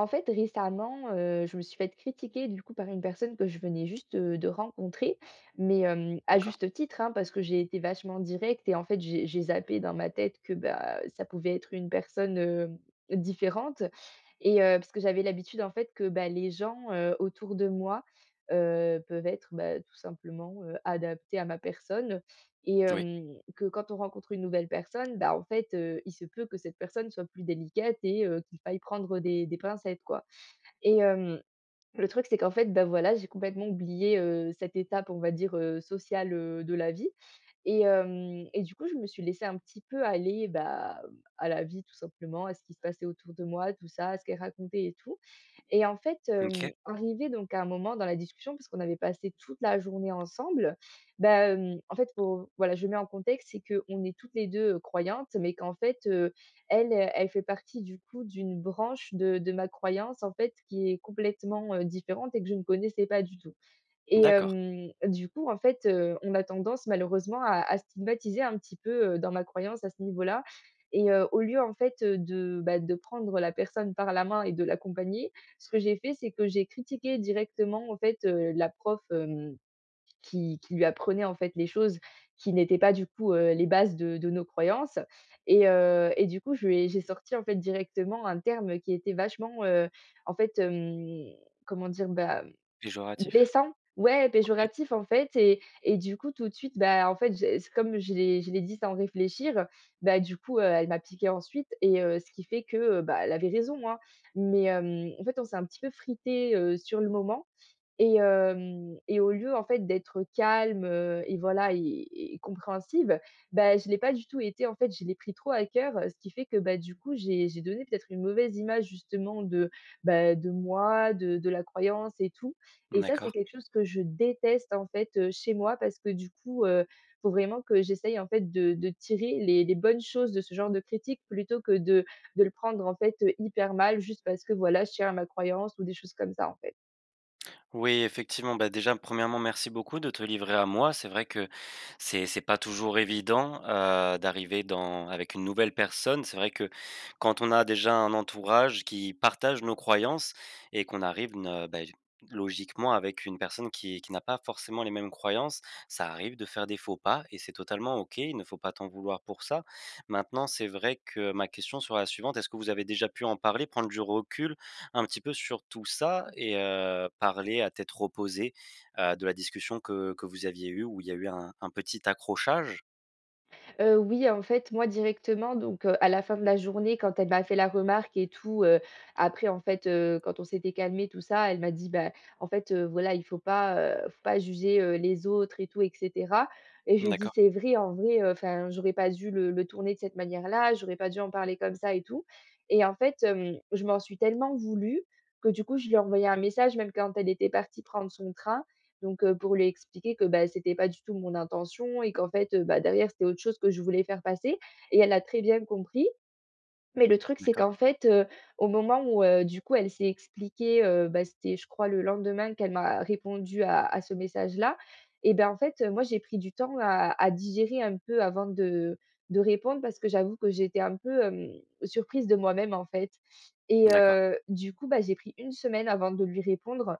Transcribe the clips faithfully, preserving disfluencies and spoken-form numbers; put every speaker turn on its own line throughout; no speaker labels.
En fait, récemment, heu, je me suis fait critiquer du coup par une personne que je venais juste, heu, de rencontrer, mais hem, à
D'accord.
juste titre, hein, parce que j'ai été vachement directe et en fait, j'ai j'ai zappé dans ma tête que, bah, ça pouvait être une personne, heu, différente et heu, parce que j'avais l'habitude en fait que, bah, les gens, heu, autour de moi, heu, peuvent être, bah, tout simplement, heu, adaptés à ma personne. Et
Oui.
hem, que quand on rencontre une nouvelle personne, bah, en fait, heu, il se peut que cette personne soit plus délicate et heu, qu'il faille prendre des des pincettes, quoi. Et hem, le truc, c'est qu'en fait, bah, voilà, j'ai complètement oublié, heu, cette étape, on va dire, heu, sociale, heu, de la vie. Et hem et du coup, je me suis laissée un petit peu aller, bah, à la vie, tout simplement, à ce qui se passait autour de moi, tout ça, à ce qu'elle racontait et tout. Et en fait, hem,
OK.
arrivé donc à un moment dans la discussion, parce qu'on avait passé toute la journée ensemble, bah, hem, en fait, faut voilà, je mets en contexte, c'est qu'on est toutes les deux heu, croyantes, mais qu'en fait, heu, elle, heu, elle fait partie du coup d'une branche de de ma croyance, en fait, qui est complètement, heu, différente et que je ne connaissais pas du tout. Et
D'accord.
hem, du coup, en fait, heu, on a tendance malheureusement à à stigmatiser un petit peu, heu, dans ma croyance à ce niveau-là et heu, au lieu en fait, heu, de, bah, de prendre la personne par la main et de l'accompagner, ce que j'ai fait, c'est que j'ai critiqué directement en fait, heu, la prof, hem, qui qui lui apprenait en fait les choses qui n'étaient pas du coup, heu, les bases de de nos croyances et heu et du coup, je lui ai j'ai sorti en fait directement un terme qui était vachement, heu, en fait, hem, comment dire? Bah,
Péjoratif?
blessant, ouais,
OK.
péjoratif en fait et et du coup tout de suite, bah, en fait, j'ai c comme je l'ai je l'ai dit sans réfléchir, bah, du coup, heu, elle m'a piquée ensuite et heu, ce qui fait que, heu, bah, elle avait raison, hein. Mais hem, en fait, on s'est un petit peu frité heu, sur le moment et hem et au lieu, en fait, d'être calme, heu et voilà et et compréhensive, bah, je l'ai pas du tout été. En fait, je l'ai pris trop à cœur, heu, ce qui fait que, bah, du coup, j'ai j'ai donné peut-être une mauvaise image justement de, bah, de moi, de de la croyance et tout et ça, c'est
D'accord.
quelque chose que je déteste, en fait, heu, chez moi parce que du coup, heu, faut vraiment que j'essaye, en fait, de de tirer les les bonnes choses de ce genre de critique plutôt que de de le prendre, en fait, heu, hyper mal juste parce que, voilà, je tiens à ma croyance ou des choses comme ça, en fait.
Oui, effectivement, bah, déjà, premièrement, merci beaucoup de te livrer à moi. C'est vrai que c'est c'est pas toujours évident euh, d'arriver dans avec une nouvelle personne. C'est vrai que quand on a déjà un entourage qui partage nos croyances et qu'on arrive ne- bah, logiquement avec une personne qui, qui n'a pas forcément les mêmes croyances, ça arrive de faire des faux pas et c'est totalement OK. Il ne faut pas t'en vouloir pour ça. Maintenant, c'est vrai que ma question sera la suivante. Est-ce que vous avez déjà pu en parler, prendre du recul un petit peu sur tout ça et heu, parler à tête reposée, heu, de la discussion que que vous aviez eue où il y a eu un un petit accrochage?
Heu, oui, en fait, moi directement, donc heu, à la fin de la journée, quand elle m'a fait la remarque et tout, heu, après en fait, heu, quand on s'était calmé, tout ça, elle m'a dit: «Bah, en fait, heu, voilà, il faut pas, heu, faut pas juger, heu, les autres et tout et cetera» et je lui ai dit:
D'accord,
«C'est vrai, en vrai, enfin, j'aurais pas dû le le tourner de cette manière-là, j'aurais pas dû en parler comme ça et tout» et en fait, hem, je m'en suis tellement voulu que du coup, je lui ai envoyé un message même quand elle était partie prendre son train donc heu, pour lui expliquer que, bah, c'était pas du tout mon intention et qu'en fait, heu, bah, derrière, c'était autre chose que je voulais faire passer et elle a très bien compris mais le truc, c'est
d'accord,
qu'en fait, heu, au moment où, heu, du coup, elle s'est expliquée, heu, bah, c'était je crois le lendemain qu'elle m'a répondu à à ce message-là et ben, en fait, euh, moi, j'ai pris du temps à à digérer un peu avant de de répondre parce que j'avoue que j'étais un peu, hem, surprise de moi-même, en fait et
d'accord,
heu, du coup, bah, j'ai pris une semaine avant de lui répondre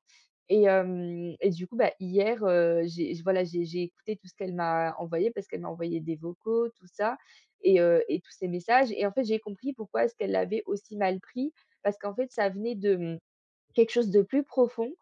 et hem et du coup, bah, hier, heu, j'ai voilà, j'ai j'ai écouté tout ce qu'elle m'a envoyé parce qu'elle m'a envoyé des vocaux, tout ça et heu et tous ces messages et en fait, j'ai compris pourquoi est-ce qu'elle l'avait aussi mal pris, parce qu'en fait, ça venait de, mmh, quelque chose de plus profond,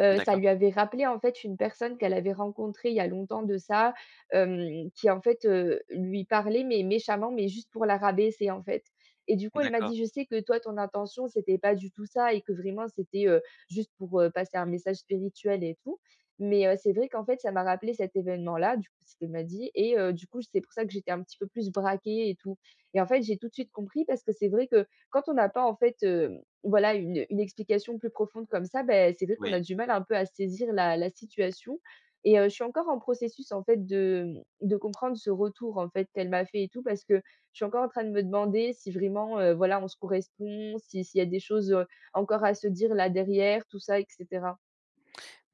heu, ça
d'accord,
lui avait rappelé, en fait, une personne qu'elle avait rencontrée il y a longtemps de ça, hem, qui, en fait, heu, lui parlait, mais méchamment, mais juste pour la rabaisser, en fait et du coup, elle m'a
d'accord,
dit: «Je sais que toi, ton intention, c'était pas du tout ça et que vraiment c'était, heu, juste pour, heu, passer un message spirituel et tout» mais heu, c'est vrai qu'en fait, ça m'a rappelé cet événement-là, du coup, ce qu'elle m'a dit et heu, du coup, c'est pour ça que j'étais un petit peu plus braquée et tout et en fait, j'ai tout de suite compris parce que c'est vrai que quand on n'a pas, en fait, heu voilà, une une explication plus profonde comme ça, ben c'est vrai qu'on a
oui.
du mal un peu à saisir la la situation et heu, je suis encore en processus, en fait, de, mmh, de comprendre ce retour, en fait, qu'elle m'a fait et tout parce que je suis encore en train de me demander si vraiment, heu, voilà, on se correspond, si s'il y a des choses, heu, encore à se dire là derrière, tout ça et cetera.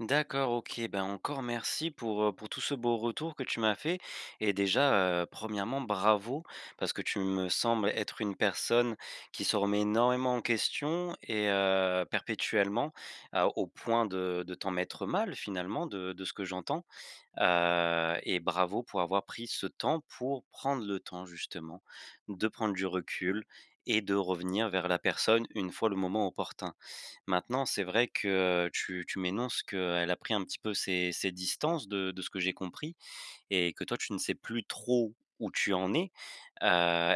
D'accord, OK, ben, encore merci pour, heu, pour tout ce beau retour que tu m'as fait et déjà, heu, primo°, bravo parce que tu me sembles être une personne qui se remet énormément en question et heu, perpétuellement, heu, au point de de t'en mettre mal finalement de de ce que j'entends. Heu et bravo pour avoir pris ce temps pour prendre le temps justement de prendre du recul et de revenir vers la personne une fois le moment opportun. Maintenant, c'est vrai que, tu tu m'énonces qu'elle a pris un petit peu ses ses distances de de ce que j'ai compris et que toi, tu ne sais plus trop où tu en es. Heu,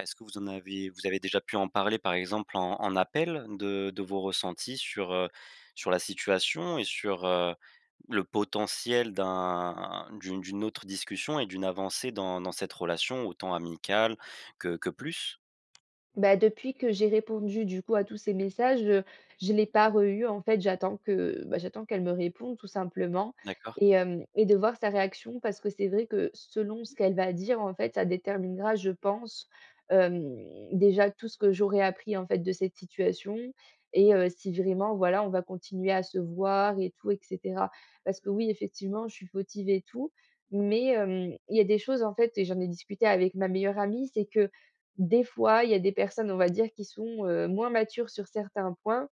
Est-ce que vous en avez vous avez déjà pu en parler, par exemple, en en appel de de vos ressentis sur, heu, sur la situation et sur, heu, le potentiel d'un d'une d'une autre discussion et d'une avancée dans dans cette relation, autant amicale que que plus?
Bah, depuis que j'ai répondu du coup à tous ces messages, heu, je ne l'ai pas re en fait, j'attends que, bah, j'attends qu'elle me réponde tout simplement
D'accord,
et hem et de voir sa réaction parce que c'est vrai que selon ce qu'elle va dire en fait, ça déterminera je pense, hem, déjà tout ce que j'aurai appris en fait de cette situation et heu, si vraiment voilà, on va continuer à se voir et tout et cetera. Parce que oui, effectivement, je suis fautive et tout, mais hem, il y a des choses en fait et j'en ai discuté avec ma meilleure amie, c'est que des fois, il y a des personnes, on va dire, qui sont, heu, moins matures sur certains points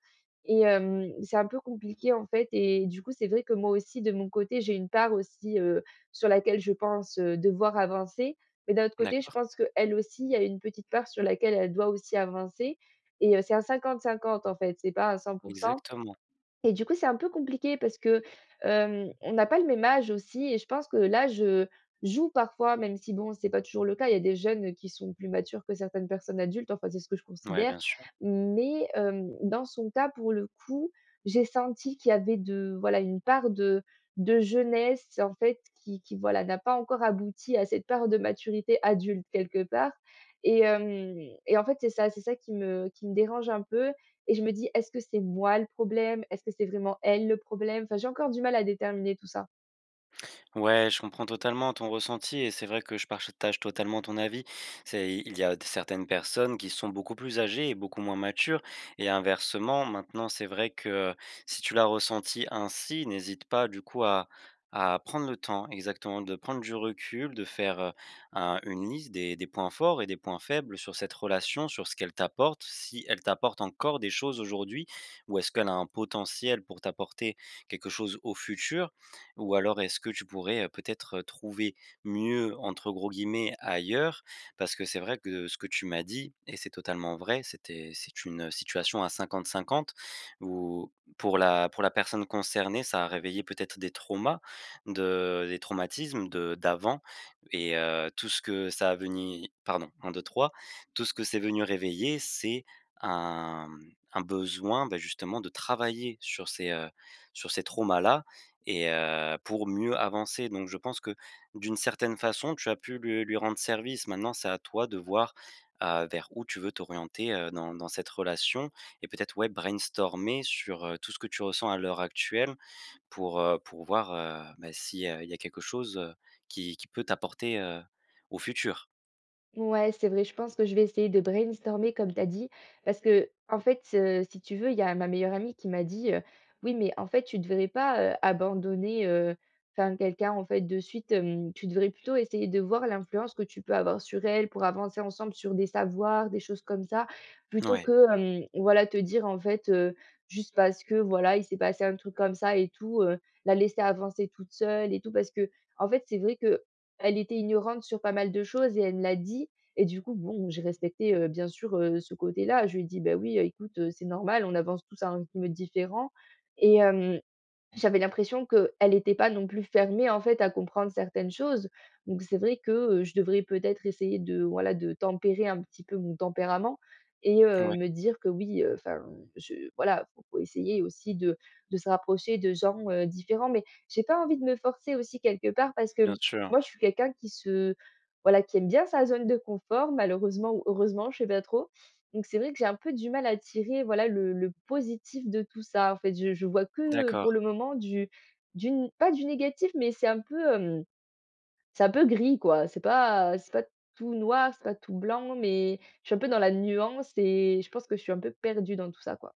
et hem, c'est un peu compliqué, en fait et du coup, c'est vrai que moi aussi, de mon côté, j'ai une part aussi, heu, sur laquelle je pense, heu, devoir avancer. Mais d'un autre côté, je
d'accord,
pense qu'elle aussi, il y a une petite part sur laquelle elle doit aussi avancer et heu, c'est un cinquante-cinquante en fait. C'est pas un cent pour cent.
exactement.
Et du coup, c'est un peu compliqué parce que, hem, on n'a pas le même âge aussi et je pense que là, je joue parfois, même si bon, c'est pas toujours le cas. Il y a des jeunes qui sont plus matures que certaines personnes adultes, enfin, c'est ce que je
Ouais,
considère.
bien sûr.
Mais, hem, dans son cas, pour le coup, j'ai senti qu'il y avait de voilà, une part de de jeunesse, en fait, qui qui voilà, n'a pas encore abouti à cette part de maturité adulte quelque part et hem et en fait, c'est ça, c'est ça qui me qui me dérange un peu et je me dis: «Est-ce que c'est moi le problème? Est-ce que c'est vraiment elle le problème?» enfin, j'ai encore du mal à déterminer tout ça.
Ouais, je comprends totalement ton ressenti et c'est vrai que je partage totalement ton avis. C'est, il y a d- certaines personnes qui sont beaucoup plus âgées et beaucoup moins matures. Et inversement, maintenant, c'est vrai que si tu l'as ressenti ainsi, n'hésite pas du coup à, à prendre le temps, exactement, de prendre du recul, de faire euh, un- une liste des, des points forts et des points faibles sur cette relation, sur ce qu'elle t'apporte, si elle t'apporte encore des choses aujourd'hui ou est-ce qu'elle a un potentiel pour t'apporter quelque chose au futur. Ou alors est-ce que tu pourrais, heu, peut-être, heu, trouver «mieux» entre gros guillemets ailleurs? Parce que c'est vrai que ce que tu m'as dit et c'est totalement vrai, c'était c'est une, situation à cinquante cinquante où pour la pour la personne concernée, ça a réveillé peut-être des traumas, de des traumatismes de d'avant et heu, tout ce que ça a venu pardon, un deux trois tout ce que c'est venu réveiller, c'est un, mmh, un besoin, bah, justement de travailler sur ces, heu, sur ces traumas-là et heu, pour mieux avancer, donc je pense que d'une certaine façon, tu as pu lui lui rendre service. Maintenant, c'est à toi de voir, heu, vers où tu veux t'orienter, heu, dans dans cette relation et peut-être, ouais, brainstormer sur, heu, tout ce que tu ressens à l'heure actuelle pour, heu, pour voir, heu, bah, si, heu, il y a quelque chose, heu, qui qui peut t'apporter, heu, au futur.
Ouais, c'est vrai, je pense que je vais essayer de brainstormer comme tu as dit, parce que en fait, heu, si tu veux, il y a ma meilleure amie qui m'a dit, heu: «Oui, mais en fait, tu devrais pas, heu, abandonner, heu, enfin, quelqu'un, en fait, de suite, hem, tu devrais plutôt essayer de voir l'influence que tu peux avoir sur elle pour avancer ensemble sur des savoirs, des choses comme ça, plutôt
Ouais,
que, hem, voilà, te dire, en fait, heu, juste parce que, voilà, il s'est passé un truc comme ça et tout, heu, la laisser avancer toute seule et tout». Parce que en fait, c'est vrai que elle était ignorante sur pas mal de choses et elle me l'a dit et du coup, bon, j'ai respecté, heu, bien sûr, heu, ce côté-là. Je lui ai dit: «Bah oui, heu, écoute, heu, c'est normal, on avance tous à un rythme différent» et hem j'avais l'impression qu'elle était pas non plus fermée, en fait, à comprendre certaines choses. Donc c'est vrai que, heu, je devrais peut-être essayer de, voilà, de tempérer un petit peu mon tempérament et heu,
ouais,
me dire que oui, enfin, je voilà, faut faut essayer aussi de de se rapprocher de gens, heu, différents. Mais j'ai pas envie de me forcer aussi quelque part parce
bien
que
sûr.
moi, je suis quelqu'un qui se voilà, qui aime bien sa zone de confort malheureusement ou heureusement, je sais pas trop. Donc c'est vrai que j'ai un peu du mal à tirer, voilà, le le positif de tout ça. En fait, je je vois que, euh,
D'accord.
pour le moment, du du n pas du négatif, mais c'est un peu, hem, c'est un peu gris, quoi. C'est pas c'est pas tout noir, c'est pas tout blanc, mais je suis un peu dans la nuance et je pense que je suis un peu perdue dans tout ça, quoi.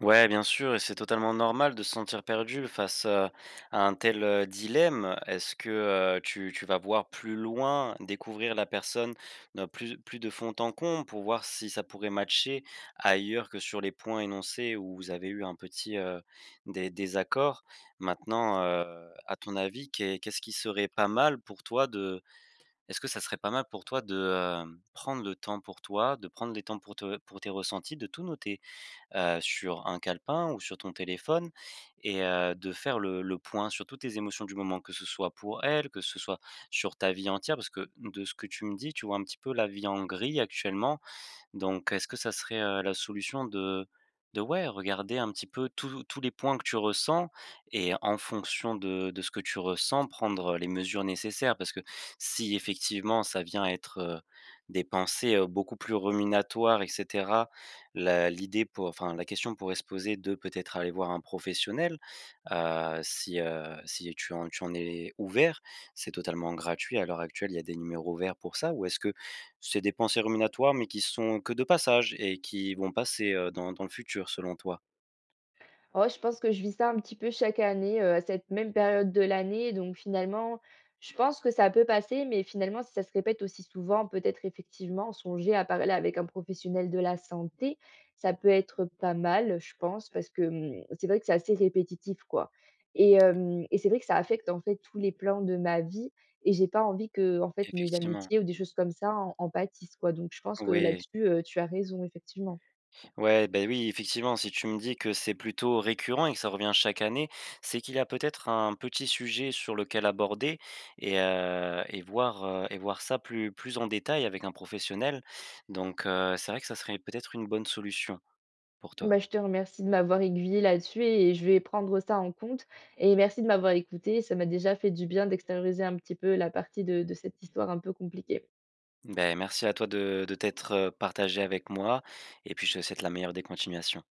Ouais, bien sûr, et c'est totalement normal de se sentir perdu face, heu, à un tel, heu, dilemme. Est-ce que, heu, tu tu vas voir plus loin, découvrir la personne, heu, plus plus de fond en comble pour voir si ça pourrait matcher ailleurs que sur les points énoncés où vous avez eu un petit, heu, dé désaccord? Maintenant, heu, à ton avis, qu'est qu'est-ce qui serait pas mal pour toi de est-ce que ça serait pas mal pour toi de, hem, prendre le temps pour toi, de prendre les temps pour te pour tes ressentis, de tout noter? heu, sur un calepin ou sur ton téléphone et heu, de faire le le point sur toutes tes émotions du moment, que ce soit pour elle, que ce soit sur ta vie entière. Parce que de ce que tu me dis, tu vois un petit peu la vie en gris actuellement donc est-ce que ça serait, heu, la solution de de ouais, regarder un petit peu tous tous les points que tu ressens et en fonction de de ce que tu ressens, prendre, les mesures nécessaires? Parce que si effectivement ça vient être, heu, des pensées, heu, beaucoup plus ruminatoires et cetera, la l'idée pour enfin la question pourrait se poser de peut-être aller voir un professionnel, heu, si, heu, si tu en tu en es ouvert. C'est totalement gratuit à l'heure actuelle, il y a des numéros verts pour ça ou est-ce que c'est des pensées ruminatoires, mais qui sont que de passage et qui vont passer, heu, dans dans le futur, selon toi?
Oh, je pense que je vis ça un petit peu chaque année, heu, à cette même période de l'année, donc finalement, je pense que ça peut passer, mais finalement, si ça se répète aussi souvent, peut-être effectivement songer à parler avec un professionnel de la santé, ça peut être pas mal, je pense, parce que, mmh, c'est vrai que c'est assez répétitif, quoi et hem et c'est vrai que ça affecte, en fait, tous les plans de ma vie et j'ai pas envie que en fait mes
Effectivement,
amitiés ou des choses comme ça en en pâtissent, quoi, donc je pense que
oui.
là-dessus, heu, tu as raison, effectivement.
Ouais, ben oui, effectivement, si tu me dis que c'est plutôt récurrent et que ça revient chaque année, c'est qu'il y a peut-être un petit sujet sur lequel aborder et heu et voir, heu et voir ça plus plus en détail avec un professionnel. Donc heu, c'est vrai que ça serait peut-être une bonne solution pour toi.
Bah, je te remercie de m'avoir aiguillée là-dessus et je vais prendre ça en compte et merci de m'avoir écoutée. Ça m'a déjà fait du bien d'extérioriser un petit peu la partie de de cette histoire un peu compliquée.
Ben merci à toi de de t'être, heu, partagé avec moi et puis je te souhaite la meilleure des continuations.